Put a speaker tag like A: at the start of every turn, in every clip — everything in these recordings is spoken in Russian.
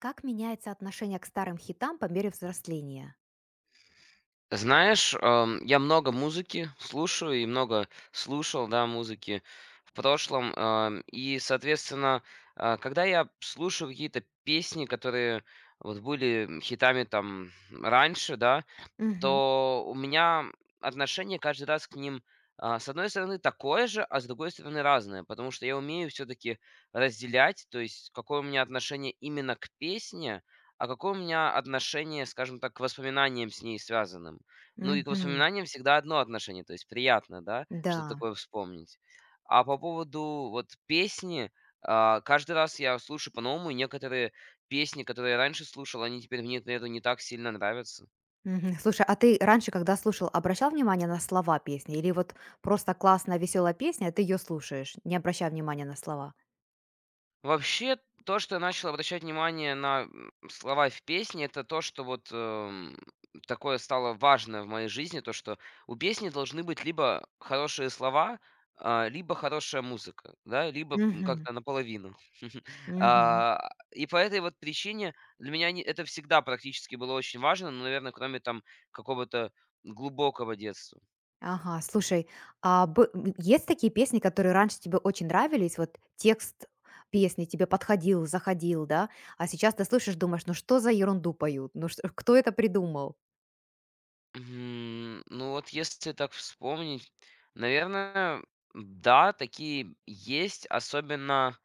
A: Как меняется отношение к старым хитам по мере взросления?
B: Знаешь, я много музыки слушаю и много слушал, да, музыки в прошлом. И, соответственно, когда я слушаю какие-то песни, которые вот были хитами там раньше, да,
A: Мгм.
B: то у меня отношение каждый раз к ним, а, с одной стороны, такое же, а с другой стороны, разное. Потому что я умею все-таки разделять, то есть какое у меня отношение именно к песне, а какое у меня отношение, скажем так, к воспоминаниям с ней связанным. Ну и к
A: Мгм.
B: воспоминаниям всегда одно отношение, то есть приятно, да, что
A: Да.
B: такое вспомнить. А по поводу вот песни, а, каждый раз я слушаю по-новому, и некоторые песни, которые я раньше слушал, они теперь мне, наверное, не так сильно нравятся.
A: Мгм. Слушай, а ты раньше, когда слушал, обращал внимание на слова песни? Или вот просто классная, веселая песня, а ты ее слушаешь, не обращая внимания на слова?
B: Вообще, то, что я начал обращать внимание на, слова в песне, это то, что вот, такое стало важное в моей жизни, то, что у песни должны быть либо хорошие слова, а, либо хорошая музыка, да, либо,
A: Мгм.
B: как-то наполовину.
A: Мгм.
B: А, и по этой вот причине для меня не это всегда практически было очень важно, ну, наверное, кроме там какого-то глубокого детства.
A: Ага, слушай, есть такие песни, которые раньше тебе очень нравились, вот текст песни тебе подходил, заходил, да? А сейчас ты слышишь, думаешь, ну что за ерунду поют? Ну что, кто это придумал?
B: Мгм. Ну вот если так вспомнить, наверное, да, такие есть, особенно,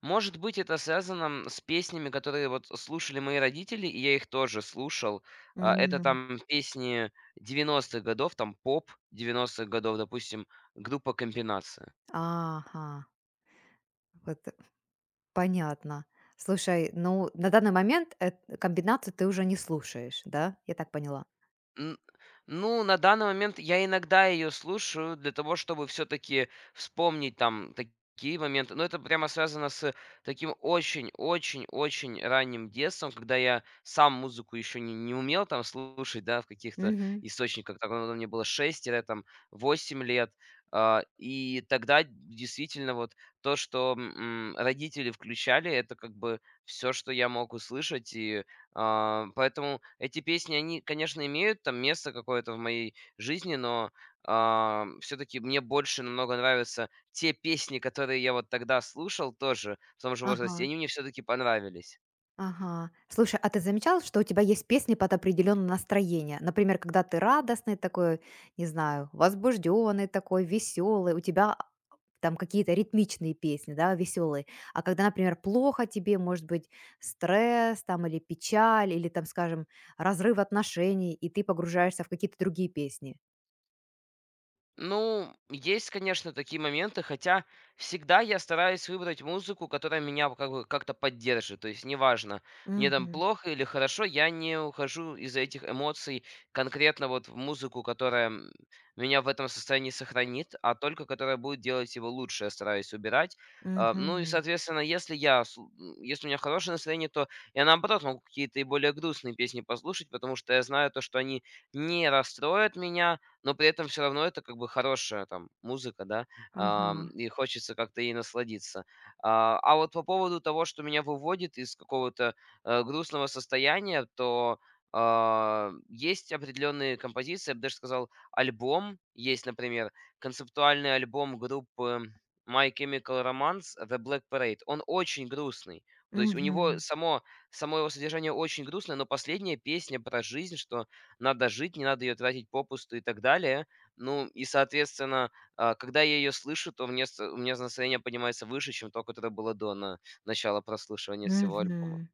B: может быть, это связано с песнями, которые вот слушали мои родители, и я их тоже слушал. А, это
A: Мгм.
B: там песни 90-х годов, там поп 90-х годов, допустим, группа «Комбинация».
A: Ага. Вот, понятно. Слушай, ну, на данный момент эт комбинацию ты уже не слушаешь, да? Я так поняла.
B: Н Ну, на данный момент я иногда ее слушаю для того, чтобы все таки вспомнить там такие моменты. Но это прямо связано с таким очень очень очень ранним детством, когда я сам музыку еще не умел там слушать, да, в каких-то
A: Мгм.
B: источниках. Так, когда мне было 6 тире там 8 лет. А, и тогда действительно вот то, что, родители включали, это как бы все, что я мог услышать. И, а, поэтому эти песни, они, конечно, имеют там место какое-то в моей жизни, но все-таки мне больше намного нравятся те песни, которые я вот тогда слушал тоже в том же возрасте,
A: Ага,
B: и они мне все-таки понравились.
A: ага. Слушай, а ты замечал, что у тебя есть песни под определенное настроение? Например, когда ты радостный такой, не знаю, возбужденный такой, веселый, у тебя там какие-то ритмичные песни, да, веселые. А когда, например, плохо тебе, может быть, стресс там или печаль, или там, скажем, разрыв отношений, и ты погружаешься в какие-то другие песни.
B: Ну, есть, конечно, такие моменты, хотя всегда я стараюсь выбрать музыку, которая меня как бы как-то поддержит. То есть неважно, мне там плохо или хорошо, я не ухожу из-за этих эмоций конкретно вот в музыку, которая меня в этом состоянии сохранит, а только которая будет делать его лучше, я стараюсь убирать. А, ну и,
A: Мгм.
B: соответственно, если я, если у меня хорошее настроение, то я, наоборот, могу какие-то и более грустные песни послушать, потому что я знаю то, что они не расстроят меня, но при этом все равно это как бы хорошая там музыка, да,
A: Ага.
B: и хочется как-то ей насладиться. А вот по поводу того, что меня выводит из какого-то, грустного состояния, то, а, есть определенные композиции, я бы даже сказал, альбом. Есть, например, концептуальный альбом группы My Chemical Romance "The Black Parade". Он очень грустный. То есть у него
A: Мгм.
B: само его содержание очень грустное, но последняя песня про жизнь, что надо жить, не надо ее тратить попусту и так далее. Ну и, соответственно, а, когда я ее слышу, то мне с у меня настроение поднимается выше, чем то, которое было до на начала прослушивания всего альбома.
A: Мгм.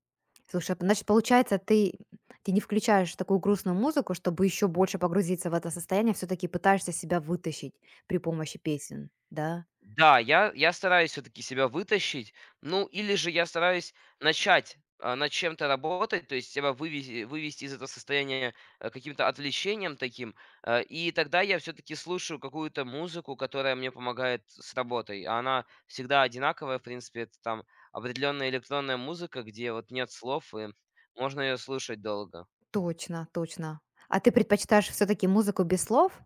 A: Слушай, а значит, получается, ты не включаешь такую грустную музыку, чтобы еще больше погрузиться в это состояние, все таки пытаешься себя вытащить при помощи песен, да?
B: Да, я стараюсь все таки себя вытащить. Ну, или же я стараюсь начать, а, над чем-то работать, то есть себя вывези вывести из этого состояния, каким-то отвлечением таким. И тогда я все таки слушаю какую-то музыку, которая мне помогает с работой. А она всегда одинаковая, в принципе. Это там определенная электронная музыка, где вот нет слов, и можно ее слушать долго.
A: Точно, точно. А ты предпочитаешь все таки музыку без слов?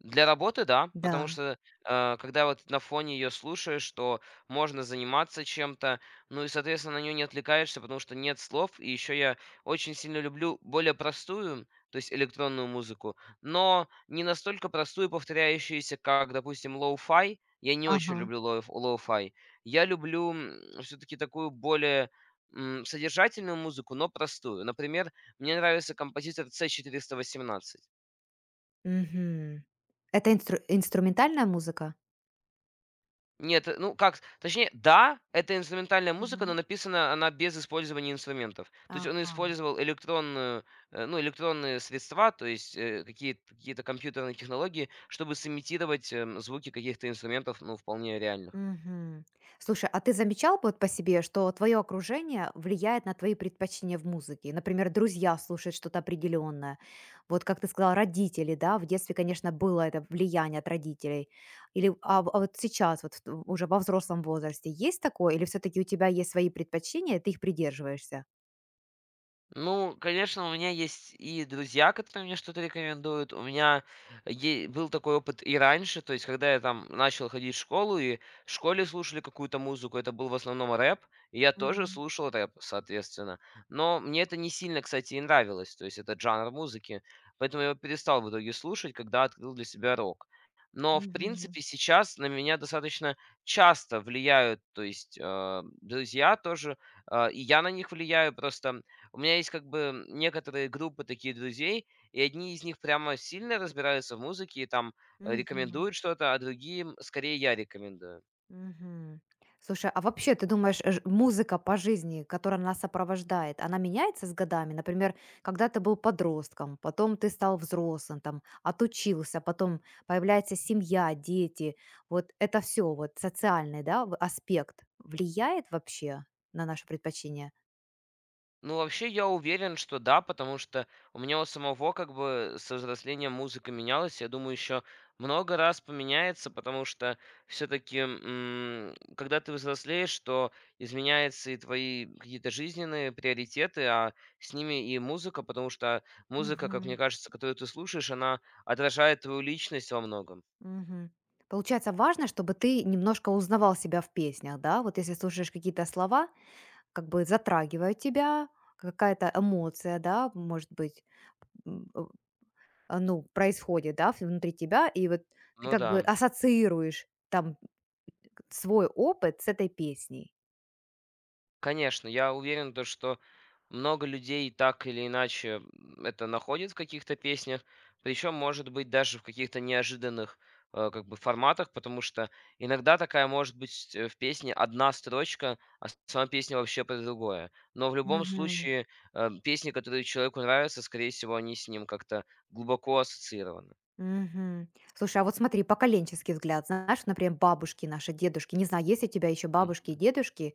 B: Для работы, да, потому
A: Да.
B: что, когда вот на фоне ее слушаешь, то можно заниматься чем-то, ну и, соответственно, на нее не отвлекаешься, потому что нет слов. И еще я очень сильно люблю более простую, то есть электронную музыку, но не настолько простую, повторяющуюся, как, допустим, лоу-фай. Я не очень
A: Ага.
B: люблю лоу-фай. Я люблю все-таки такую более содержательную музыку, но простую. Например, мне нравится композитор c 18.
A: Мгм. Это инстру инструментальная музыка?
B: Нет, ну как, с точнее, да, это инструментальная музыка,
A: Мгм.
B: но написана она без использования инструментов. То есть он
A: Ага.
B: использовал электронную, ну, электронные средства, то есть, какие-то компьютерные технологии, чтобы сымитировать, звуки каких-то инструментов, ну, вполне реально.
A: Мгм. Слушай, а ты замечал вот по себе, что твое окружение влияет на твои предпочтения в музыке? Например, друзья слушают что-то определенное. Вот как ты сказала, родители, да, в детстве, конечно, было это влияние от родителей. Или вот сейчас, уже во взрослом возрасте, есть такое? Или все-таки у тебя есть свои предпочтения, и ты их придерживаешься?
B: Ну, конечно, у меня есть и друзья, которые мне что-то рекомендуют. У меня был такой опыт и раньше, то есть, когда я там начал ходить в школу, и в школе слушали какую-то музыку, это был в основном рэп, и я тоже
A: Мгм.
B: слушал рэп, соответственно. Но мне это не сильно, кстати, и нравилось, то есть, этот жанр музыки, поэтому я его перестал в итоге слушать, когда открыл для себя рок. Но, в
A: Мгм.
B: принципе, сейчас на меня достаточно часто влияют, то есть, друзья тоже, а, и я на них влияю, просто у меня есть как бы некоторые группы таких друзей, и одни из них прямо сильно разбираются в музыке и там
A: Мгм.
B: рекомендуют что-то, а другим скорее я рекомендую.
A: Мгм. Слушай, а вообще, ты думаешь, музыка по жизни, которая нас сопровождает, она меняется с годами? Например, когда ты был подростком, потом ты стал взрослым, там, отучился, потом появляется семья, дети. Вот это все, вот социальный, да, аспект влияет вообще на наше предпочтение?
B: Ну, вообще, я уверен, что да, потому что у меня у самого как бы со взрослением музыка менялась. Я думаю, еще много раз поменяется, потому что все-таки, когда ты взрослеешь, то изменяются и твои какие-то жизненные приоритеты, а с ними и музыка, потому что музыка, как мне
A: Мгм.
B: кажется, которую ты слушаешь, она отражает твою личность во многом.
A: Мгм. Получается, важно, чтобы ты немножко узнавал себя в песнях, да? Вот если слушаешь какие-то слова, как бы затрагивает тебя, какая-то эмоция, да, может быть, м, э, ну, происходит, да, внутри тебя, и вот ты
B: Ну
A: как бы
B: да.
A: ассоциируешь там свой опыт с этой песней.
B: Конечно, я уверен, то, что много людей так или иначе это находит в каких-то песнях, причем, может быть, даже в каких-то неожиданных как бы форматах, потому что иногда такая может быть в песне одна строчка, а сама песня вообще про другое. Но в любом
A: Мгм.
B: случае песни, которые человеку нравятся, скорее всего, они с ним как-то глубоко ассоциированы.
A: Мгм. Слушай, а вот смотри, поколенческий взгляд, знаешь, например, бабушки наши, дедушки, не знаю, есть у тебя еще бабушки и дедушки,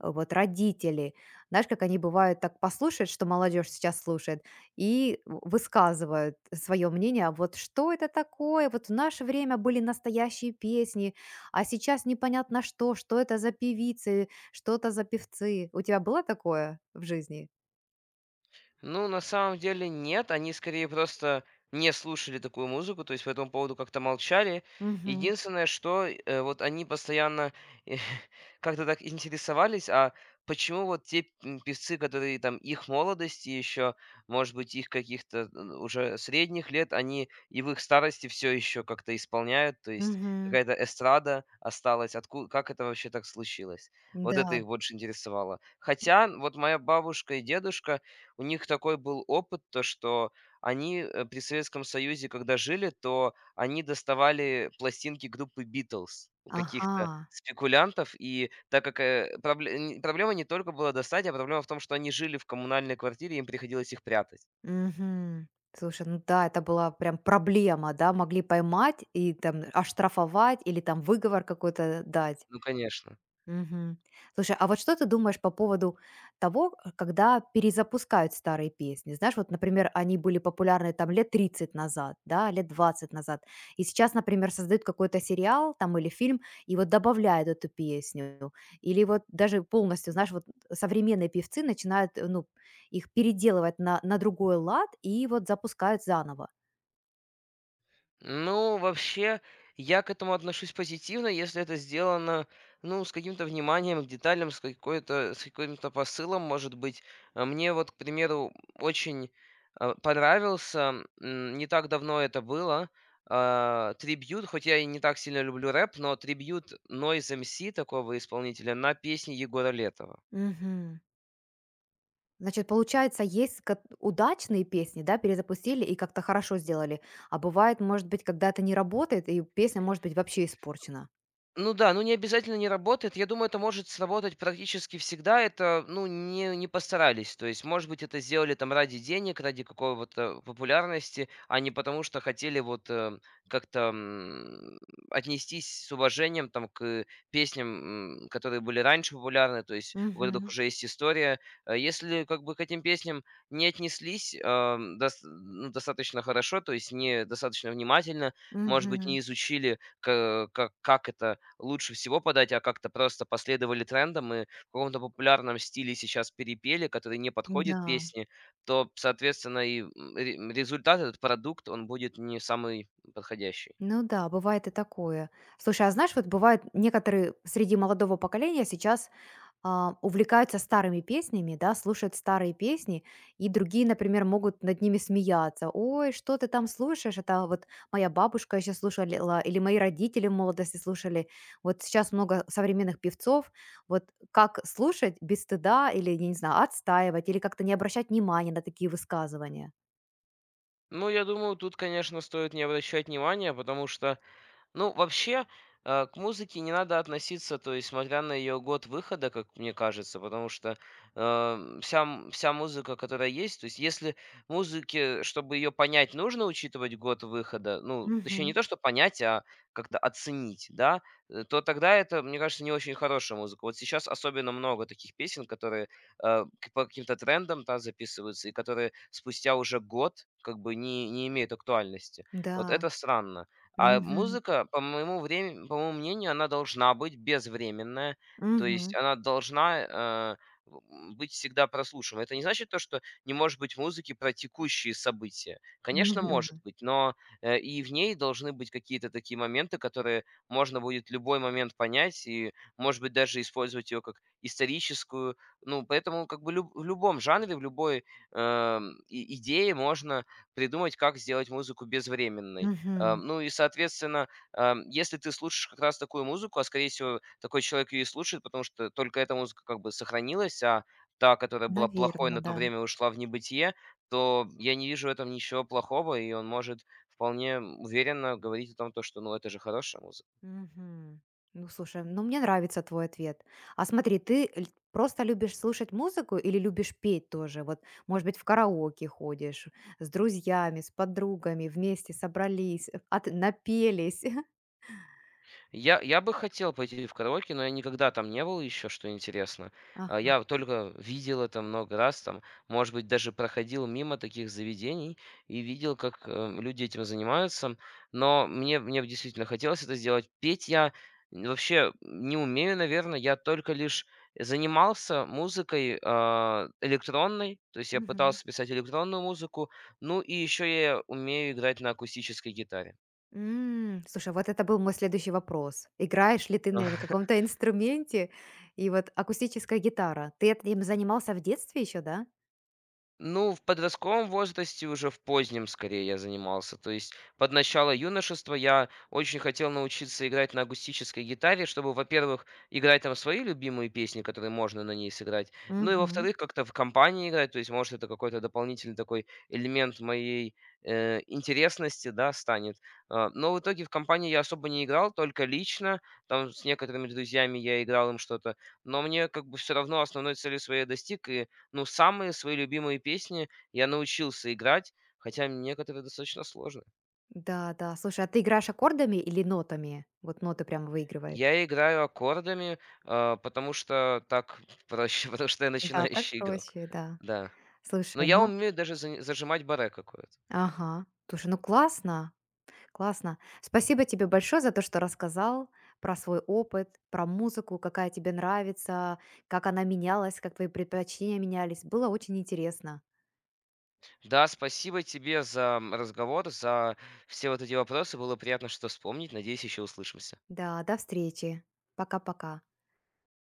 A: вот родители, знаешь, как они бывают так послушают, что молодежь сейчас слушает, и высказывают свое мнение, а вот что это такое, вот в наше время были настоящие песни, а сейчас непонятно что, что это за певицы, что это за певцы. У тебя было такое в жизни?
B: Ну, на самом деле нет, они скорее просто не слушали такую музыку, то есть по этому поводу как-то молчали.
A: Мгм.
B: Единственное, что вот они постоянно э, как-то так интересовались, а почему вот те певцы, которые там их молодости еще, может быть, их каких-то уже средних лет, они и в их старости все еще как-то исполняют, то есть
A: Мгм.
B: какая-то эстрада осталась, откуда, как это вообще так случилось? Вот это
A: Да,
B: их больше интересовало. Хотя вот моя бабушка и дедушка, у них такой был опыт, то что они, при Советском Союзе, когда жили, то они доставали пластинки группы "Битлз" у каких-то
A: ага,
B: спекулянтов. И так как, проблема не только была достать, а проблема в том, что они жили в коммунальной квартире, им приходилось их прятать.
A: мгм. Слушай, ну да, это была прям проблема, да, могли поймать и там оштрафовать или там выговор какой-то дать.
B: Ну, конечно.
A: Мгм. Слушай, а вот что ты думаешь по поводу того, когда перезапускают старые песни? Знаешь, вот, например, они были популярны там лет 30 назад, да, лет 20 назад, и сейчас, например, создают какой-то сериал там или фильм, и вот добавляют эту песню, или вот даже полностью, знаешь, вот современные певцы начинают, ну, их переделывать на другой лад и вот запускают заново.
B: Ну, вообще, я к этому отношусь позитивно, если это сделано, ну, с каким-то вниманием к деталям, с какой-то, с каким-то посылом, может быть. А мне вот, к примеру, очень понравился, не так давно это было, а, трибьют, хоть я и не так сильно люблю рэп, но трибьют Noise MC такого исполнителя на песни Егора Летова.
A: Значит, получается, есть удачные песни, да, перезапустили и как-то хорошо сделали. А бывает, может быть, когда это не работает, и песня может быть вообще испорчена.
B: Ну да, ну не обязательно не работает. Я думаю, это может сработать практически всегда. Это, ну, не постарались. То есть, может быть, это сделали там ради денег, ради какого-то популярности, а не потому, что хотели вот как-то отнестись с уважением там к песням, которые были раньше популярны. То есть, у которых
A: Мгм.
B: уже есть история. Если как бы к этим песням не отнеслись ну, достаточно хорошо, то есть не достаточно внимательно, может быть,
A: Мгм.
B: не изучили к как это лучше всего подать, а как-то просто последовали трендам и в каком-то популярном стиле сейчас перепели, который не подходит
A: Да.
B: песне, то, соответственно, и, результат, этот продукт, он будет не самый подходящий.
A: Ну да, бывает и такое. Слушай, а знаешь, вот бывает некоторые среди молодого поколения сейчас увлекаются старыми песнями, да, слушают старые песни, и другие, например, могут над ними смеяться. Ой, что ты там слушаешь? Это вот моя бабушка еще слушала, или мои родители в молодости слушали. Вот сейчас много современных певцов. Вот как слушать без стыда или, я не знаю, отстаивать, или как-то не обращать внимания на такие высказывания?
B: Ну, я думаю, тут, конечно, стоит не обращать внимания, потому что, ну, вообще, к музыке не надо относиться, то есть, смотря на ее год выхода, как мне кажется, потому что вся музыка, которая есть, то есть, если музыке, чтобы ее понять, нужно учитывать год выхода, ну, точнее, не
A: Мгм.
B: то, что понять, а как-то оценить, да, то тогда это, мне кажется, не очень хорошая музыка. Вот сейчас особенно много таких песен, которые по каким-то трендам да, записываются, и которые спустя уже год как бы не имеют актуальности. Вот
A: Да.
B: это странно. А
A: Мгм.
B: музыка, по моему мнению, она должна быть безвременная, то
A: Мгм.
B: есть она должна, э, быть всегда прослушиваема. Это не значит то, что не может быть музыки про текущие события. Конечно, может
A: Мгм.
B: быть, но, и в ней должны быть какие-то такие моменты, которые можно будет любой момент понять и, может быть, даже использовать ее как историческую. Ну, поэтому как бы люб в любом жанре, в любой, и идее можно придумать, как сделать музыку безвременной.
A: Мгм.
B: Ну и, соответственно, если ты слушаешь как раз такую музыку, а, скорее всего, такой человек ее и слушает, потому что только эта музыка как бы сохранилась, а та, которая была плохой,
A: Наверно,
B: на то
A: да.
B: время ушла в небытие, то я не вижу в этом ничего плохого, и он может вполне уверенно говорить о том, то что, ну, это же хорошая музыка.
A: Мгм. Ну, слушай, ну мне нравится твой ответ. А смотри, просто любишь слушать музыку или любишь петь тоже? Вот, может быть, в караоке ходишь с друзьями, с подругами, вместе собрались, напелись.
B: Я бы хотел пойти в караоке, но я никогда там не был еще, что интересно. А,
A: Ага.
B: я только видел это много раз там, может быть, даже проходил мимо таких заведений и видел, как, люди этим занимаются. Но мне бы действительно хотелось это сделать. Петь я вообще не умею, наверное. Я только лишь занимался музыкой, а, электронной, то есть я
A: Мгм.
B: пытался писать электронную музыку, ну и еще я умею играть на акустической гитаре.
A: Слушай, вот это был мой следующий вопрос. Играешь ли ты на каком-то инструменте? И вот акустическая гитара. Ты этим занимался в детстве еще, да?
B: Ну, в подростковом возрасте, уже в позднем скорее я занимался. То есть под начало юношества я очень хотел научиться играть на акустической гитаре, чтобы, во-первых, играть там свои любимые песни, которые можно на ней сыграть, ну и,
A: Мгм.
B: во-вторых, как-то в компании играть, то есть, может, это какой-то дополнительный такой элемент моей интересности, да, станет. А, но в итоге в компании я особо не играл, только лично, там с некоторыми друзьями я играл им что-то, но мне как бы все равно основной цели своей я достиг, и ну, самые свои любимые песни я научился играть, хотя некоторые достаточно сложны.
A: Да, да. Слушай, а ты играешь аккордами или нотами? Вот ноты прям выигрываешь.
B: Я играю аккордами, а, потому что так проще, потому что я
A: Да, так
B: начинающий игрок.
A: проще, да.
B: Да. Но
A: Слушай,
B: я
A: ну
B: умею даже зажимать баре какое-то.
A: ага. Слушай, ну классно, классно. Спасибо тебе большое за то, что рассказал про свой опыт, про музыку, какая тебе нравится, как она менялась, как твои предпочтения менялись. Было очень интересно.
B: Да, спасибо тебе за разговор, за все вот эти вопросы. Было приятно что вспомнить. Надеюсь, еще услышимся.
A: Да, до встречи. Пока-пока.